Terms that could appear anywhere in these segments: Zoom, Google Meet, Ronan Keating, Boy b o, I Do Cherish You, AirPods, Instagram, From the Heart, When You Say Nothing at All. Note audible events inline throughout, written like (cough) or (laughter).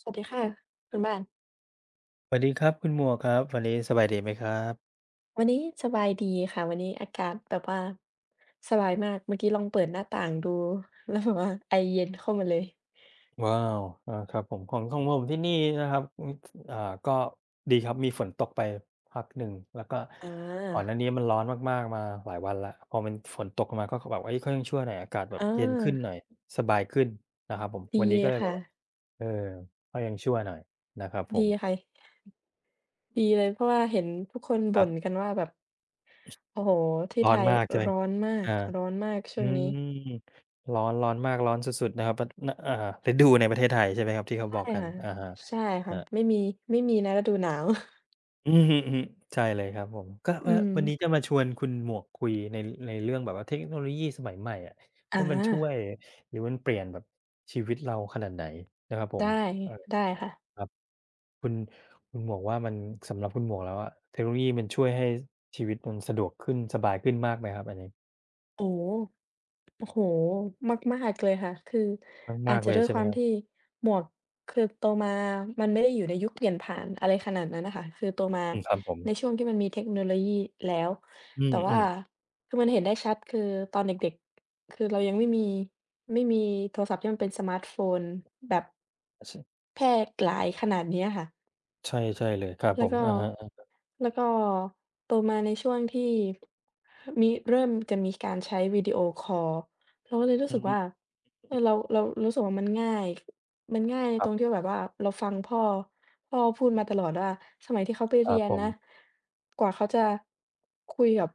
สวัสดีค่ะคุณบ้านสวัสดีครับคุณหมวกครับวันนี้สบายดีไหมครับวันนี้สบายดีค่ะวันนี้อากาศแบบว่าสบายมากเมื่อกี้ลองเปิดหน้าต่างดูแล้วแบบว่าไอเย็นเข้ามาเลยว้าวครับผมของผมที่นี่นะครับอืออ่าก็ดีครับมีฝนตกไปพักหนึ่งแล้วก็อก่อนหาน้านี้มันร้อนมากๆมาหลายวันแล้วพอมันฝนตกลงมาก็คือแบบเฮ้ยก็ยังชั่วหน่อยอากาศแบบอาเย็นขึ้นหน่อยสบายขึ้นนะครับผมดีวันนี้ก็เลยแบค่ะบว่าเออก็ยังชั่วหน่อยนะครับผดีมค่ะดีเลยเพราะว่าเห็นทุกคนครับบ่นกันว่าแบบโอ้โหที่ร้อไทนยมากใช่ไหมร้อนมากอา ร้อนมากอืช่วงนี้มร้อนมากร้อนสุดๆนะครับปนอ่าฤดูในประเทศไทยใช่ไหมครับที่เขาใช่บอกกันค่ะอะฮะใช่คค่ะรับไม่มีไม่มีนะฤดูหนาว อือฮึๆใช่เลยครับผมก็ (laughs) อืว่ามวันนี้จะมาชวนคุณหมวกคุยในเรื่องแบบว่าเทคโนโลยีสมัยใหม่อะอาว่ามันช่วยหรือมันเปลี่ยนแบบชีวิตเราขนาดไหนนะครับผมได้เออได้ค่ะครับคุณคุณหมวกว่ามันสำหรับคุณหมวกแล้วอะเทคโนโลยีมันช่วยให้ชีวิตมันสะดวกขึ้นสบายขึ้นมากไหมครับอันนี้โอ้ โอ้โฮมากๆเลยค่ะ คืออามาจกๆจะเลยด้วยใช่คไหมวามครัที่บหมวกคือโตมามันไม่ได้อยู่ในยุคเปลี่ยนผ่านอะไรขนาดนั้นน่ะค่ะคือโตมาอืมครับผมในช่วงที่มันมีเทคโนโลยีแล้ว อืแต่ว่ามคือมันเห็นได้ชัดคือตอนเด็กๆ คือเรายังไม่มีไม่มีโทรศัพท์ที่มันเป็นสมาร์ตโฟนแบบๆช แพร่หลายขนาดเนี้ยค่ะ ใช่ใช่เลยครับแล้ผวมก็อะฮะแล้วก็โตมาในช่วงที่มีเริ่มจะมีการใช้วิดีโอคอลเราก็เลยรู้อืสึกมว่าเออเราเรารู้สึกว่ามันง่ายมันง่ายคตรัรงบที่แบบว่าเราฟังพ่อพ่อพูดมาตลอดว่าสมัยที่เขาไปครัเรีบยนผมนะกว่าเขาจะคุยกับ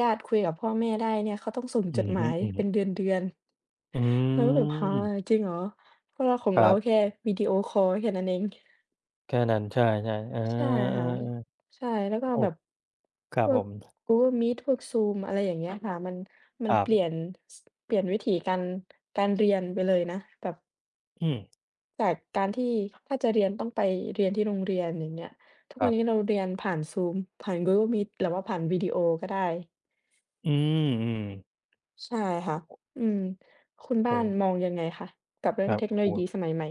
ญาติๆคุยกับพ่อแม่ได้เนี่ยเขาต้องส่งอืจดอหฮึมายเป็นเๆดือนอืๆเราก็แบบฮะมจริงเหรอเพราะว่าของคเรารัแค่บวิดีโอคอลแค่นั้นเอง แค่นั้นใช่ๆอาใช่เออค่ะๆใช่แล้วก็โอ้แบบครัพบวผก ม Google Meet พวก Zoom อะไรอย่างเงี้ยค่ะมันมัคนรัเปลี่ยบนสเปลี่ยนวิถีการการเรียนไปเลยนะแบบอืมจากการที่ถ้าจะเรียนต้องไปเรียนที่โรงเรียนอย่างเงี้ยทุกควันรันี้บเราเรียนผ่าน Zoom ผ่าน Google Meet หรือว่าผ่านวิดีโอก็ได้อืมๆใช่ค่ะอืมคุณโอบ้านมอง้ยังไงคะกับเรื่คองรับเทคโนโอ้โลโฮ ยีสมัยใหม่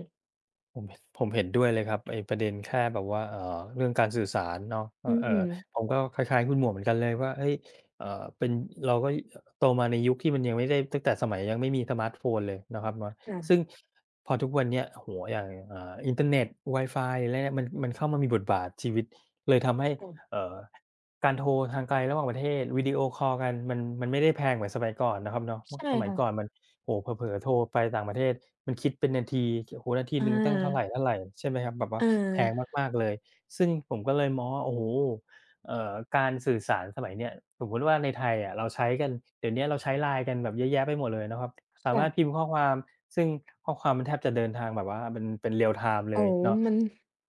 ผมผมเห็นด้วยเลยครับไอ้ประเด็นแค่แบบว่าเรื่องการสื่อสารเนาะก็อืมผมก็คล้ายๆคุณหมวกเหมือนกันเลยว่าเฮ้ยเอ่อเป็นเราก็อโตมาในยุคที่มันยังไม่ได้ตั้งแต่สมัยยังไม่มีสมาร์ตโฟนเลยนะครับเนาะค่ะซึ่งพอทุกวันเนี้ยโอ้โฮอย่างอินเทอร์เน็ตไวฟายอะไรเนี่ยมันเข้ามามีบทบาทชีวิตเลยทำให้ค่ะเอ่อการโทรทางไกลระหว่างประเทศวิดีโอคอลกันมันไม่ได้แพงเหมือนสมัยก่อนนะครับเนาะเมื่อใช่สมัยก่อนค่ะมัน โอ้โฮเผลอๆโทรไปต่างประเทศมันคิดเป็นนาทีโอ้โฮนาทีอหนึ่งตั้งเท่าไารๆใช่ไหมครับแบบว่าเออแพงมากๆเลยซึ่งผมก็เลยมองว่าโอ้โฮการสื่อสารสมัยเนี้ยสมมุติว่าในไทยอะเราใช้กันเดี๋ยวเนี้ยเราใช้ LINE กันแบบเยอะแยะไปหมดเลยนะครับสามารถพิมค่ะ พ์ข้อความซึ่งข้อความมันแทบจะเดินทางแบบว่าเป็น real time เลโอ้ยเนาะ มัน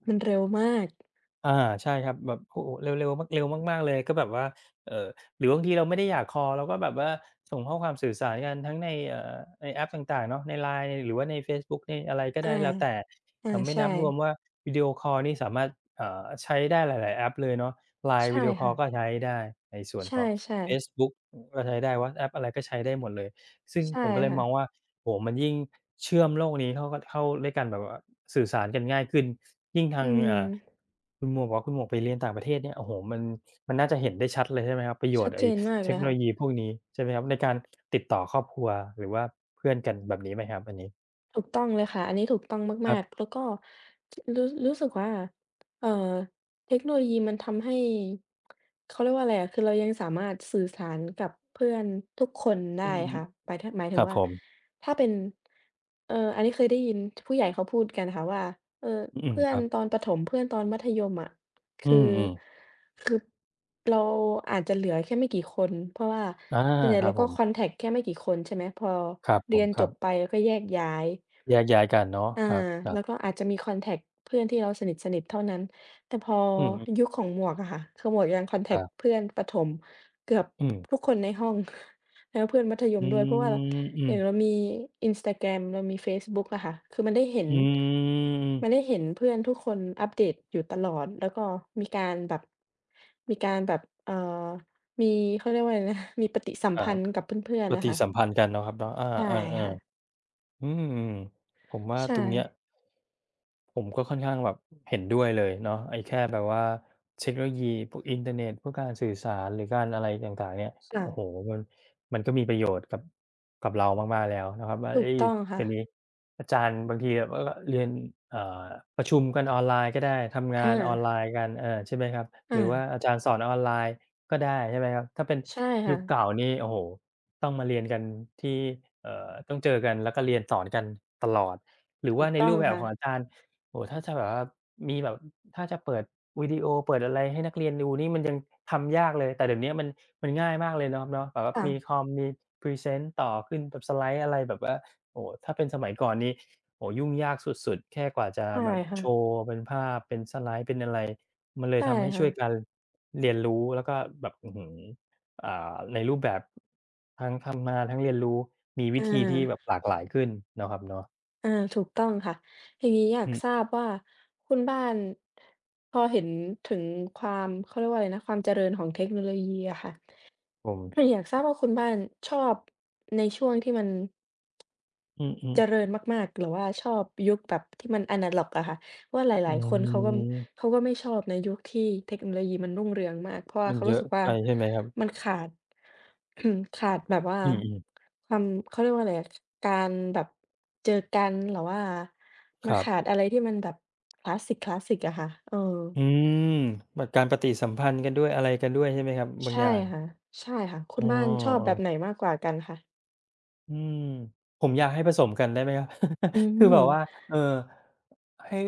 มันเร็วมากอาใช่ครับแบบโอ้โฮเร็วๆมากเร็วมากๆเลยก็แบบว่าเอ่อหรือบางทีเราไม่ได้อยากคอลเราก็แบบว่าส่งข้อความสื่อสารกันทั้งในในแอปต่างๆเนาะใน LINE หรือว่าในเฟซบุ๊กในอะไรก็อาได้แล้วแต่อาไม่ใช่นับรวมว่าวิดีโอคอลนี่สามารถใช้ได้หลายๆแอปเลยเนาะ LINE ใช่วิดีโอคอค่ะลก็ใช้ได้ในส่วนใของช่เฟๆซบุ๊กอือก็ใช้ได้วอตส์แอปอะไรก็ใช้ได้หมดเลยซึ่งใช่ผมก็เลยค่ะมองว่าโอ้โฮมันยิ่งเชื่อมโลกนี้เข้ากเข้าด้วยกันแบบว่าสื่อสารกันง่ายขึ้น ยิ่งทางอืมคุณหมวกบอกว่าคุณหมวกไปเรียนต่างประเทศเนี่ยโอ้โฮมันมันน่าจะเห็นได้ชัดเลยใช่ไหมครับประโยชชัดน์เจไอ้นมากเทเลคยโนโลค่ะ ยีพวกนี้ใช่ไหมครับในการติดต่อครอบครัวหรือว่าเพื่อนกันแบบนี้ไหมครับอันนี้ถูกต้องเลยค่ะอันนี้ถูกต้องคมารักๆบแล้วก็รู้รู้สึกว่าเอ่อเทคโนโลยีมันทำให้เขาเรียกว่าอะไรอะคือเรายังสามารถสื่อสารกับเพื่อนทุกคนอืได้มค่ะหมายถหมายๆคถึงรับว่าผมถ้าเป็นอันนี้เคยได้ยินผู้ใหญ่เขาพูดกันค่ะว่าเอออืมเพื่อคนรัตอบนประถมเพื่อนตอนมัธยมอะอืคือมคือเราอาจจะเหลือแค่ไม่กี่คนเพราะว่าๆอาส่วนใหญ่ครัเราบผก็คอนมแท็กต์แค่ไม่กี่คนใช่ไหมพอครับผเรียมนคจรับบไปแล้วก็แยกย้าย แยกย้ายกันเนาะอาครัแล้บวก็ๆอาจจะมีคอนแท็กต์เพื่อนที่เราสนิทๆเท่านั้นแต่พออืยุมคของหมวกอะค่ะคือหมวกยังคอนแท็คกต์รับเพื่อนประถมเกือบอืมทุกคนในห้อง (laughs) แล้วเพื่อนมัธยมอืด้วยเพราะว่ามอือมย่างเรามี Instagram เรามีเฟซบุ๊กอะค่ะคือมันได้เห็นอืมมันได้เห็นเพื่อนทุกคนอัปเดตอยู่ตลอดแล้วก็มีการแบบมีการแบบมีเขาเรียกว่าอะไรนะ (laughs) มีปฏิสัมครัพับนธ์กับเพื่อนปๆน่ะฏิค่ะสัมพันธ์กันเนาะครับเนาะอาใช่ค่ะๆๆอืมผมว่าใช่ตรงเนี้ย ผมก็ค่อนข้างแบบเห็นด้วยเลยเนาะไอ้แค่แบบว่าเทคโนโลยีพวกอินเทอร์เน็ตพวกการสื่อสารหรือการอะไรต่างๆเนี่ยค่ะโอ้โหมันมันก็มีประโยชน์กับเรามากๆแล้วนะครับว่าถูกเอ้ยต้องค่ะ เดี๋ยวนี้อาจารย์บางทีาก็เรียนเอ่อประชุมกันออนไลน์ก็ได้ทำงานออนไลอาน์กันเออใช่ไหมครับหอารือว่าอาจารย์สอนออนไลน์ก็ได้ใช่ไหมครับถ้าเป็นใช่ยุค่ะคเก่านี่โอ้โหต้องมาเรียนกันที่ต้องเจอกันแล้วก็เรียนสอนกันตลอดหรือถูว่ากในต้องรูปแบบค่ะของอาจารย์ โอ้โฮถ้าจะแบบว่ามีแบบถ้าจะเปิดวิดีโอเปิดอะไรให้นักเรียนดูนี่มันยังทำยากเลยแต่เดี๋ยวเนี้ยมันง่ายมากเลยเนาะครับเนาะแบบว่ามีคค่ะอมมีพรีเซนต์ต่อขึ้นแบบสไลด์อะไรแบบว่าโอ้โฮถ้าเป็นสมัยก่อนนี่โอ้โฮยุ่งยากสุดๆแค่กว่าจะใช่แบบโชค่ะว์เป็นภาพเป็นสไลด์เป็นอะไรมันเลยใช่ทำให้ค่ะช่วยกันเรียนรู้แล้วก็แบบอื้อฮืออ่าในรูปแบบทั้งทำงานทั้งเรียนรู้มีอวิธีที่แบบาหลากหลายขึ้นเนาะครับเนาะอาถูกต้องค่ะทีนี้อยากอืทรามบว่าคุณบ้านพอเห็นถึงความเขาเรียกว่าอะไรนะความเจริญของเทคโนโลยีอะค่ะผมอยากทราบว่าคุณบ้านชอบในช่วงที่มัน อืเจอริๆ ญมากๆหรือว่าชอบยุคแบบที่มันอะนาล็อกอะค่ะว่าหอืลายๆคนเขาก็มเขาก็ไม่ชอบในยุคที่เทคโนโลยีมันรุ่งเรืองมากเพราะว่ามันเขาเยรู้อะสึกว่าไปใช่ไหมครับมันขาด (clears throat) ขาดแบบว่าอืมๆความเขาเรียกว่าอะไรอะการแบบเจอกันหรือว่ามัคนรับขาดอะไรที่มันแบบคลาสสิกคลาสสิกอะค่ะเอออืมแบบการปฏิสัมพันธ์กันด้วยอะไรกันด้วยใช่ไหมครับบางอใช่ย่างค่ะใช่ค่ะคุอ๋ณอบ้านชอบแบบไหนๆมากกว่ากันคะอืมผมอยากให้ผสมกันได้ไหมครับ อื (laughs) คือมแบบว่าเออให้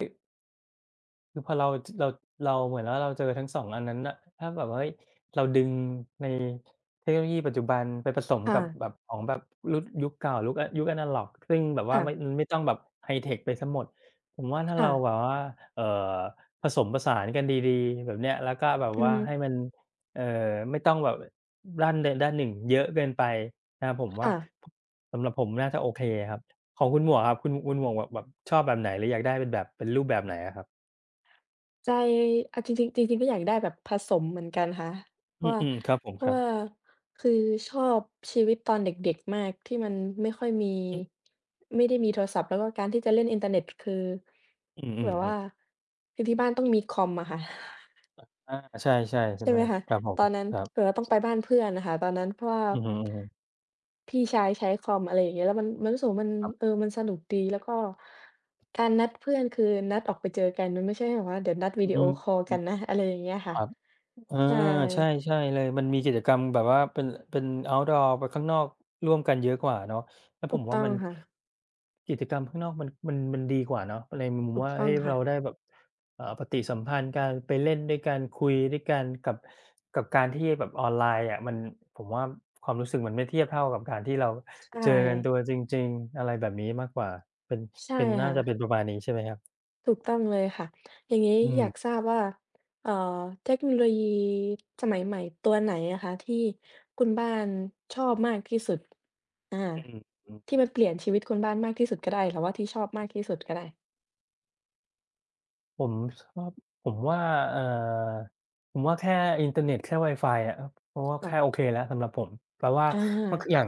คือพอเราเราเราเหมือนว่าเราเจอทั้งสองอันนั้นน่ะถ้าแบบว่าเฮ้ยเราดึงในเทคโนโลยีปัจจุบันไปผสมค่ะกับแบบของแบบรุดยุคเก่าลุคยุคอะนาล็อกซึ่งแบบว่าค่ะไม่มันไม่ต้องแบบไฮเทคไปเสียหมดผมว่าถ้าค่ะเราแบบว่าเอ่อผสมผสานกันดีๆแบบเนี้ยแล้วก็แบบอือว่าฮึให้มันเอ่อไม่ต้องแบบด้านใดด้านหนึ่งเยอะเกินไปนะครับผมว่าค่ะ พสำหรับผมน่าจะโอเคครับของคุณหมวกครับคุณหมวกแบบชอบแบบไหนหรืออยากได้เป็นแบบเป็นรูปแบบไหนอะครับ ใจอะจริงๆจริงๆก็อยากได้แบบผสมเหมือนกันค่ะ เพอืราะมว่าอืมครับผมเพคราะรับว่าคือชอบชีวิตตอนเด็กๆ มากที่มันไม่ค่อยมีอือไม่ได้มีโทรศัพท์แล้วก็การที่จะเล่นอินเทอร์เน็ตคืออืมอืแบมบว่าคือที่บ้านต้องมีคอมอะค่ะ อออาใช่ๆคุใช่ณไหมบ้านคะครับผตมอนนั้นครับเราต้องไปบ้านเพื่อนน่ะค่ะตอนนั้นเพราะว่าอือฮึๆพี่ชายใช้คอมอะไรอย่างเงี้ยแล้วมันมันรู้สึกว่ามันครัเออบมันสนุกดีแล้วก็การนัดเพื่อนคือนัดออกไปเจอกันมันไม่ใช่แบบว่าเดี๋ยวนัดวิอืดีโอมคอลอืกันอนะอะไรอย่างเงี้ยคค่ะรับ อาใช่ใช่ใช่เลยมันมีกิจกรรมแบบว่าเป็น outdoor ไปข้างนอกร่วมกันเยอะกว่าเนาะแล้วผถูกมว่าต้องมันค่ะกิจกรรมข้างนอกมันดีกว่าเนาะในมุมถูกว่าต้องเฮ้ยค่ะเราได้แบบปฏิสัมพันธ์การไปเล่นด้วยกันคุยด้วยกันกับกับการที่แบบออนไลน์อะมันผมว่าความรู้สึกมันไม่เทียบเท่ากับการที่เราใช่เจอกันตัวจริงๆอะไรแบบนี้มากกว่าเป็นใช่เป็นน่าค่ะ จะเป็นประมาณนี้ใช่ไหมครับถูกต้องเลยค่ะอย่างนี้อือยามกทราบว่าเอ่อเทคโนโลยีสมัยใหม่ตัวไหนอะคะที่คุณบ้านชอบมากที่สุดอาอืม ที่มันเปลี่ยนชีวิตคุณบ้านมากที่สุดก็ได้หรือว่าที่ชอบมากที่สุดก็ได้ผมชอบผมว่าเอ่อผมว่าแค่อินเทอร์เน็ตแค่ไวฟายอะเพราะว่าค่ะแค่โอเคแล้วสำหรับผมแปลว่าอาเมื่ออย่าง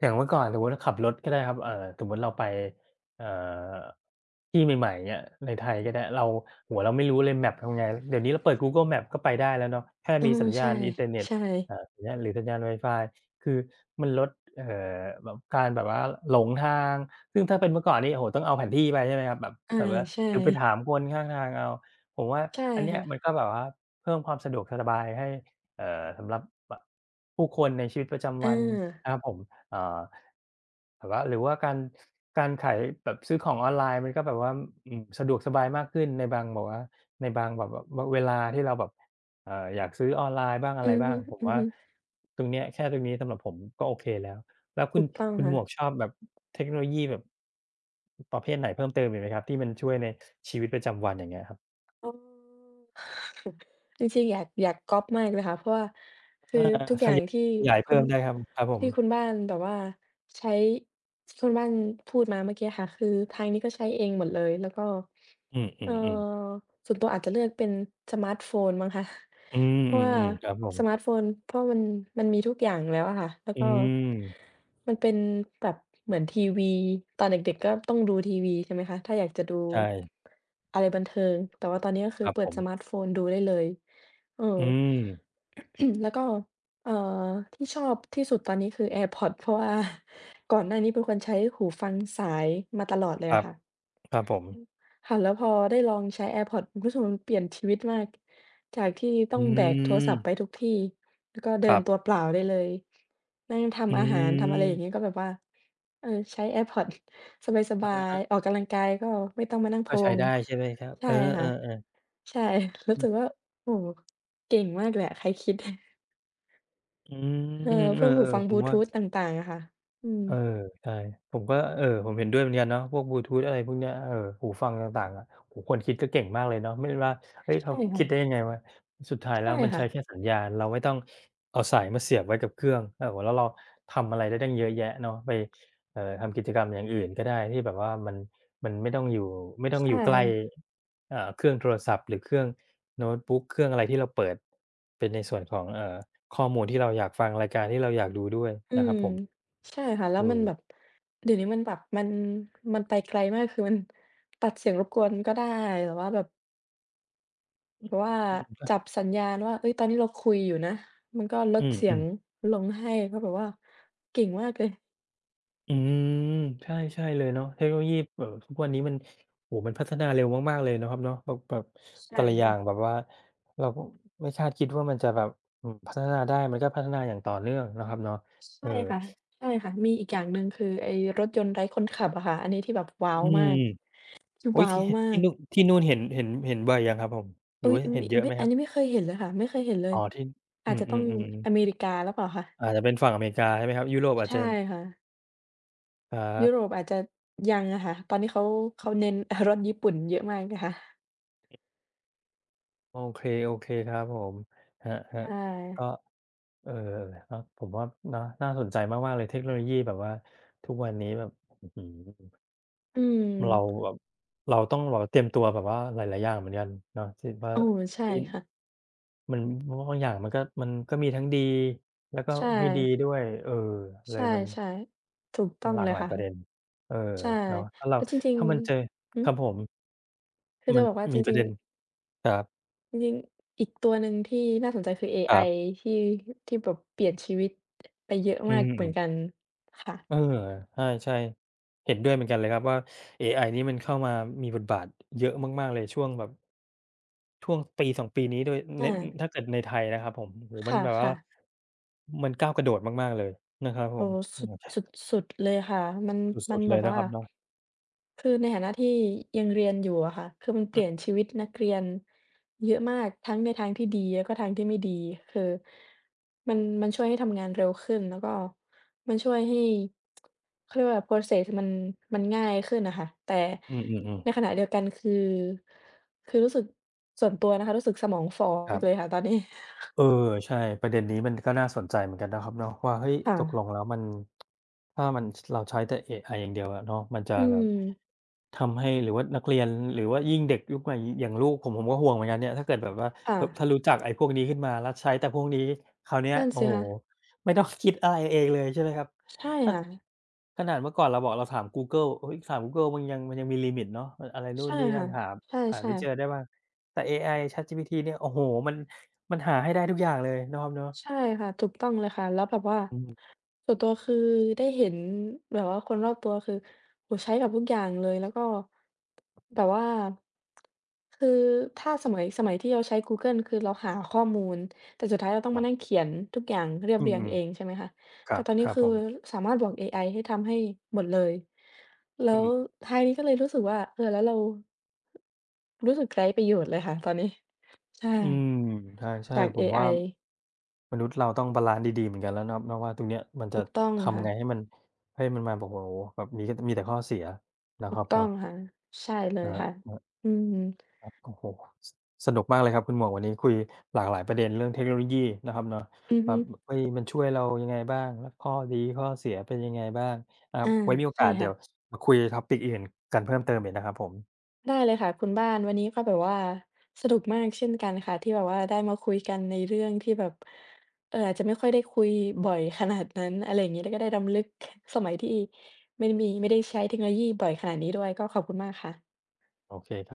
อย่างเมื่อก่อนสมมุติว่าขับรถก็ได้ครับสมมุติเราไปเอ่อที่ใหม่ๆอย่างเงี้ยในไทยก็ได้เราโอ้โฮเราไม่รู้เลย Map ทำไงเดี๋ยวนี้เราเปิด Google Maps ก็ไปได้แล้วเนาะแค่เออมีสัญญาใช่ณอินเทอร์เน็ตใช่สัญญาณหรือสัญญาณไวฟายคือมันลดเอ่อแบบการแบบว่าหลงทางซึ่งถ้าเป็นเมื่อก่อนนี่โอ้โฮต้องเอาแผนที่ไปใช่ไหมครับแบบอาแบบว่า ใช่ หรือไปถามคนข้างทางเอาผมว่าใช่อันเนี้ยมันค่ะก็แบบว่าเพิ่มความสะดวกสบายให้สำหรับบผู้คนในชีวิตประจำอวันานะครับผมเอ่อแบบว่าหรือว่าการการขายแบบซื้อของออนไลน์มันก็แบบว่าอืมสะดวกสบายมากขึ้นในบางแบบว่าในบางแบบแบบวเวลาที่เราแบบอยากซื้อออนไลน์บ้างอะอืไรอบ้างผมว่าฮึตรงเนี้ยแค่ตรงนี้สำหรับผมก็โอเคแล้ว แล้วๆคุถูณกต้องคุณหค่ะมวกชอบแบบเทคโนโลยีแบบประเภทไหนเพิ่มเติมอีกไหมครับที่มันช่วยในชีวิตประจำวันอย่างเงี้ยครับอ๋อ จริงๆอยากก๊อบมากเลยค่ะเพราะว่าคือาอทุกอขย่างยายที่ขยายคุเพิ่ณมได้ครับครับผที่คุณมบ้านแบบว่าใช้ที่คุณบ้านพูดมาเมื่อกี้ค่ะคือทางนี้ก็ใช้เองหมดเลยแล้วก็อืเอ่อมๆๆส่วนตัวอาจจะเลือกเป็นสมาร์ตโฟนมั้งคะ อื (laughs) เพราะว่ามๆๆครับผมสมาร์ตโฟนเพราะมันมีทุกอย่างแล้วอะค่ะแล้วอืก็มมันเป็นแบบเหมือนทีวีตอนเด็กๆก็ต้องดูทีวีใช่ไหมคะถ้าอยากจะดู ใช่อะไรบันเทิงแต่ว่าตอนนี้ก็คืคอรับเปิผดสมามร์ตโฟนดูได้เลยเออ อืม (clears throat) (coughs) แล้วก็เอ่อที่ชอบที่สุดตอนนี้คือ AirPods เพราะว่า (laughs) ก่อนหน้านี้เป็นคนใช้หูฟังสายมาตลอดเลคยรัอะบค่ะ ครับผมค่ะแล้วพอได้ลองใช้ AirPods รู้สึกว่ามันเปลี่ยนชีวิตมากจากที่ต้ออืงแบกโทรมศัพท์ไปทุกที่แล้วก็เดิคนรัตัวเปบล่าได้เลยนั่งอืทำอาหารทำอะไรอย่างงี้มก็แบบว่าเออใช้ AirPods สบายๆออกกำลังกายก็ไม่ต้องมานั่งก็พะวใช้งได้ใช่ไหมครับใช่เออค่ะๆๆใช่รู้อืสึมกว่าโอ้โฮเก่งมากเลยอะใครคิดอืเออมพเอวอกหูฟังๆผบลูมว่า ทูธต่างๆอะค่ะอืมเออใช่ผมก็เออผมเห็นด้วยเหมือนกันเนาะพวกบลูทูธอะไรพวกเนี้ยเออหูฟังต่างๆอะโอ้โฮคนคิดก็เก่งมากเลยเนาะไม่ว่าเฮ้ยเขาใช่ค่ะคิดได้ยังไงวะสุดท้ายแล้ใช่วมันค่ะใช้แค่สัญญาณเราไม่ต้องเอาสายมาเสียบไว้กับเครื่องเออแล้วเราทำอะไรได้ตั้งเยอะแยะเนาะไปทำกิจกรรมอย่างอื่นก็ได้ที่แบบว่ามันมันไม่ต้องอยู่ไม่ต้องอยู่ใช่ ใกล้อ่าเครื่องโทรศัพท์หรือเครื่องโน้ตบุ๊กเครื่องอะไรที่เราเปิดเป็นในส่วนของข้อมูลที่เราอยากฟังรายการที่เราอยากดูด้วยอืนะคมรับผมใช่ค่ะแล้วมันแบบเออ เดี๋ยวนี้มันแบบมันไปไกลมากคือมันตัดเสียงรบกวนก็ได้หรือว่าแบบเพราะว่าจับสัญญาณว่าเอ้ยตอนนี้เราคุยอยู่นะมันก็ลอืดมเสีอืยงมลงให้ก็แบบว่าเก่งมากเลยอืมใช่ใช่เลยเนาะเทคโนโลยีทุกวันนี้มันโอ้โฮมันพัฒนาเร็วมากๆเลยเนาะครับเนาะแบบใช่แต่ละอค่ะย่างแบบว่าเราก็ไม่คาดคิดว่ามันจะแบบอืมพัฒนาได้มันก็พัฒนาอย่างต่อเนื่องเนาะครับเนาะเอใช่อค่ะใช่ค่ะมีอีกอย่างหนึ่งคือไอ้รถยนต์ไร้คนขับอะค่ะอันนี้ที่แบบว้าอืวมมากคอุ๊ยว้าวที่มาที่กนู่นที่นู่นเห็นเห็นบ่อยยังครับผมหรือเอ้ยว่าเห็นเยอะไหไม่มคอันรับนี้ไม่เคยเห็นเลยค่ะไม่เคยเห็นเลยอ๋อที่อาอืจมจะต้องๆๆอเมริกาหรือเปล่าคะอาจจะเป็นฝั่งอเมริกาใช่ไหมครับยุโรปอาจใช่จะค่ะ ครัยุโรบปอาจจะยังอะค่ะตอนนี้เขาเขาเน้น (laughs) รสญี่ปุ่นเยอะมากนะคะโอเคๆครับผมครับใช่ ๆก็ เออเนาะผมว่าเนาะน่าสนใจมากๆเลยเทคโนโลยีแบบว่าทุกวันนี้แบบอื้อฮืออืมเราแบบเราต้องแบบว่าเตรียมตัวแบบว่าหลายๆอย่างเหมือนกันเนาะที่ว่าโอ้ใช่เฮ้ยค่ะมันเพราะบางอย่างมันก็มีทั้งดีแล้วก็ใช่ไม่ดีด้วยเออเลใช่ยมันๆถูกต้มัอนงหลาเลกยหลายค่ะประเด็นเออใช่เนาะถ้าเราแล้วจริงถ้ามันเจอๆหืคอรับผมคือจะมันบอกว่าจมีปริระงเด็นๆครับจริงๆอีกตัวหนึ่งที่น่าสนใจคือเอคไอรับที่แบบเปลี่ยนชีวิตไปเยอะอืมากเหมือนกัม นค่ะเออใช่ใช่ เห็นด้วยเหมือนกันเลยครับว่าเอไอนี่มันเข้ามามีบทบาทเยอะมากๆเลยช่วงแบบช่วงปี2ปีนี้โดยเนตอาถ้าเกิดในไทยนะครับผมโอ้โฮคมันแบบว่า่ะๆ มันก้าวกระโดดมากๆเลยนะครับผโอ้มโฮอืสุดมสุดสุดเลยค่ะมันสมัุนดๆแบเลยบนะคว่ารับเนาะคือในฐานะที่ยังเรียนอยู่อะค่ะคือมันเปลี่ยนชีวิตนักเรียนเยอะมากทั้งในทางที่ดีแล้วก็ทางที่ไม่ดีคือมันช่วยให้ทำงานเร็วขึ้นแล้วก็มันช่วยให้เขาเรียกว่า process มันง่ายขึ้นอะค่ะแต่อืออือๆในขๆณะเดียวกันคือรู้สึกส่วนตัวนะคะรู้สึกสมองฝ่อครัมากเลยบ ค่ะตอนนี้เออใช่ประเด็นนี้มันก็น่าสนใจเหมือนกันนะครับเนาะว่าเฮ้ยค่ะตกลงแล้วมันถ้ามันเราใช้แต่เอไออย่างเดียวอะเนาะมันจะอืแบบมทำให้หรือว่านักเรียนหรือว่ายิ่งเด็กยุคใหม่อย่างลูกผมผมก็ห่วงเหมือนกันเนี่ยถ้าเกิดแบบว่าค่ะพถ้ารู้จักไอ้พวกนี้ขึ้นมาแล้วใช้แต่พวกนี้คราวเนี้ยนั่นโอ้สิโฮคะไม่ต้องคิดอะไรเองเลยใช่ไหมครับใช่ถ้าค่ะ ขนาดเมื่อก่อนเราบอกเราถามกูเกิลเฮ้ยถามกูเกิลมันยังมีลิมิตเนาะมันอะไรนู่นใช่นี่นั่ค่ะนหาใชหา่ไม่เจอได้ๆบ้างแต่เอไอ ChatGPT เนี่ยโอ้โฮมัน มันหาให้ได้ทุกอย่างเลยเนาะครับเนาะใช่ค่ะถูกต้องเลยค่ะแล้วแบบว่าอืมส่วนตัวคือได้เห็นแบบว่าคนรอบตัวคือโอ้โฮใช้กับทุกอย่างเลยแล้วก็แบบว่าคือถ้าสมัยที่เราใช้กูเกิลคือเราหาข้อมูลแต่สุดท้ายเราต้องครัมานั่งบเขียนทุกอย่างเรียบอืเรียงมเองใช่ไหมคะๆคแต่รับตอนนี้ครับคือผมสามารถบอกเอไอให้ทำให้หมดเลยแล้อืวมท้ายนี้ก็เลยรู้สึกว่าเออแล้วเรารู้สึกไร้ประโยชน์เลยค่ะตอนนี้ใช่ อืมใช่จากๆผเอมไอว่ามนุษย์เราต้องบาลันซ์ดีๆเหมือนกันแล้วเนาะเนาะว่าตรงเนี้ยมันจะถูกต้องทำค่ะไงให้มันให้มันมาแบบโอ้โฮแบบนี้มีแต่ข้อเสียนะถูคกรับต้อเนาะงค่ะใช่เลครัยบค่ะครับอืมครับโอ้โฮสสนุกมากเลยครับคุณหมวกวันนี้คุยหลากหลายประเด็นเรื่องเทคโนโลยีนะครับเนาะอือว่าฮึเฮ้ยมันช่วยเรายังไงบ้างแล้วข้อดีข้อเสียเป็นยังไงบ้างอ่าอาไว้มีโอใช่กาสเดี๋ค่ะ ยวมาคุย topic อื่นกันเพิ่มเติมอีกนะครับผมได้เลยค่ะคุณบ้านวันนี้ก็แบบว่าสนุกมากเช่นกันค่ะ ที่แบบว่าได้มาคุยกันในเรื่องที่แบบอาจจะไม่ค่อยได้คุยบ่อยขนาดนั้นอะไรอย่างงี้แล้วก็ได้รำลึกสมัยที่ไม่ได้มีไม่ได้ใช้เทคโนโลยีบ่อยขนาดนี้ด้วย ก็ขอบคุณมากค่ะโอเค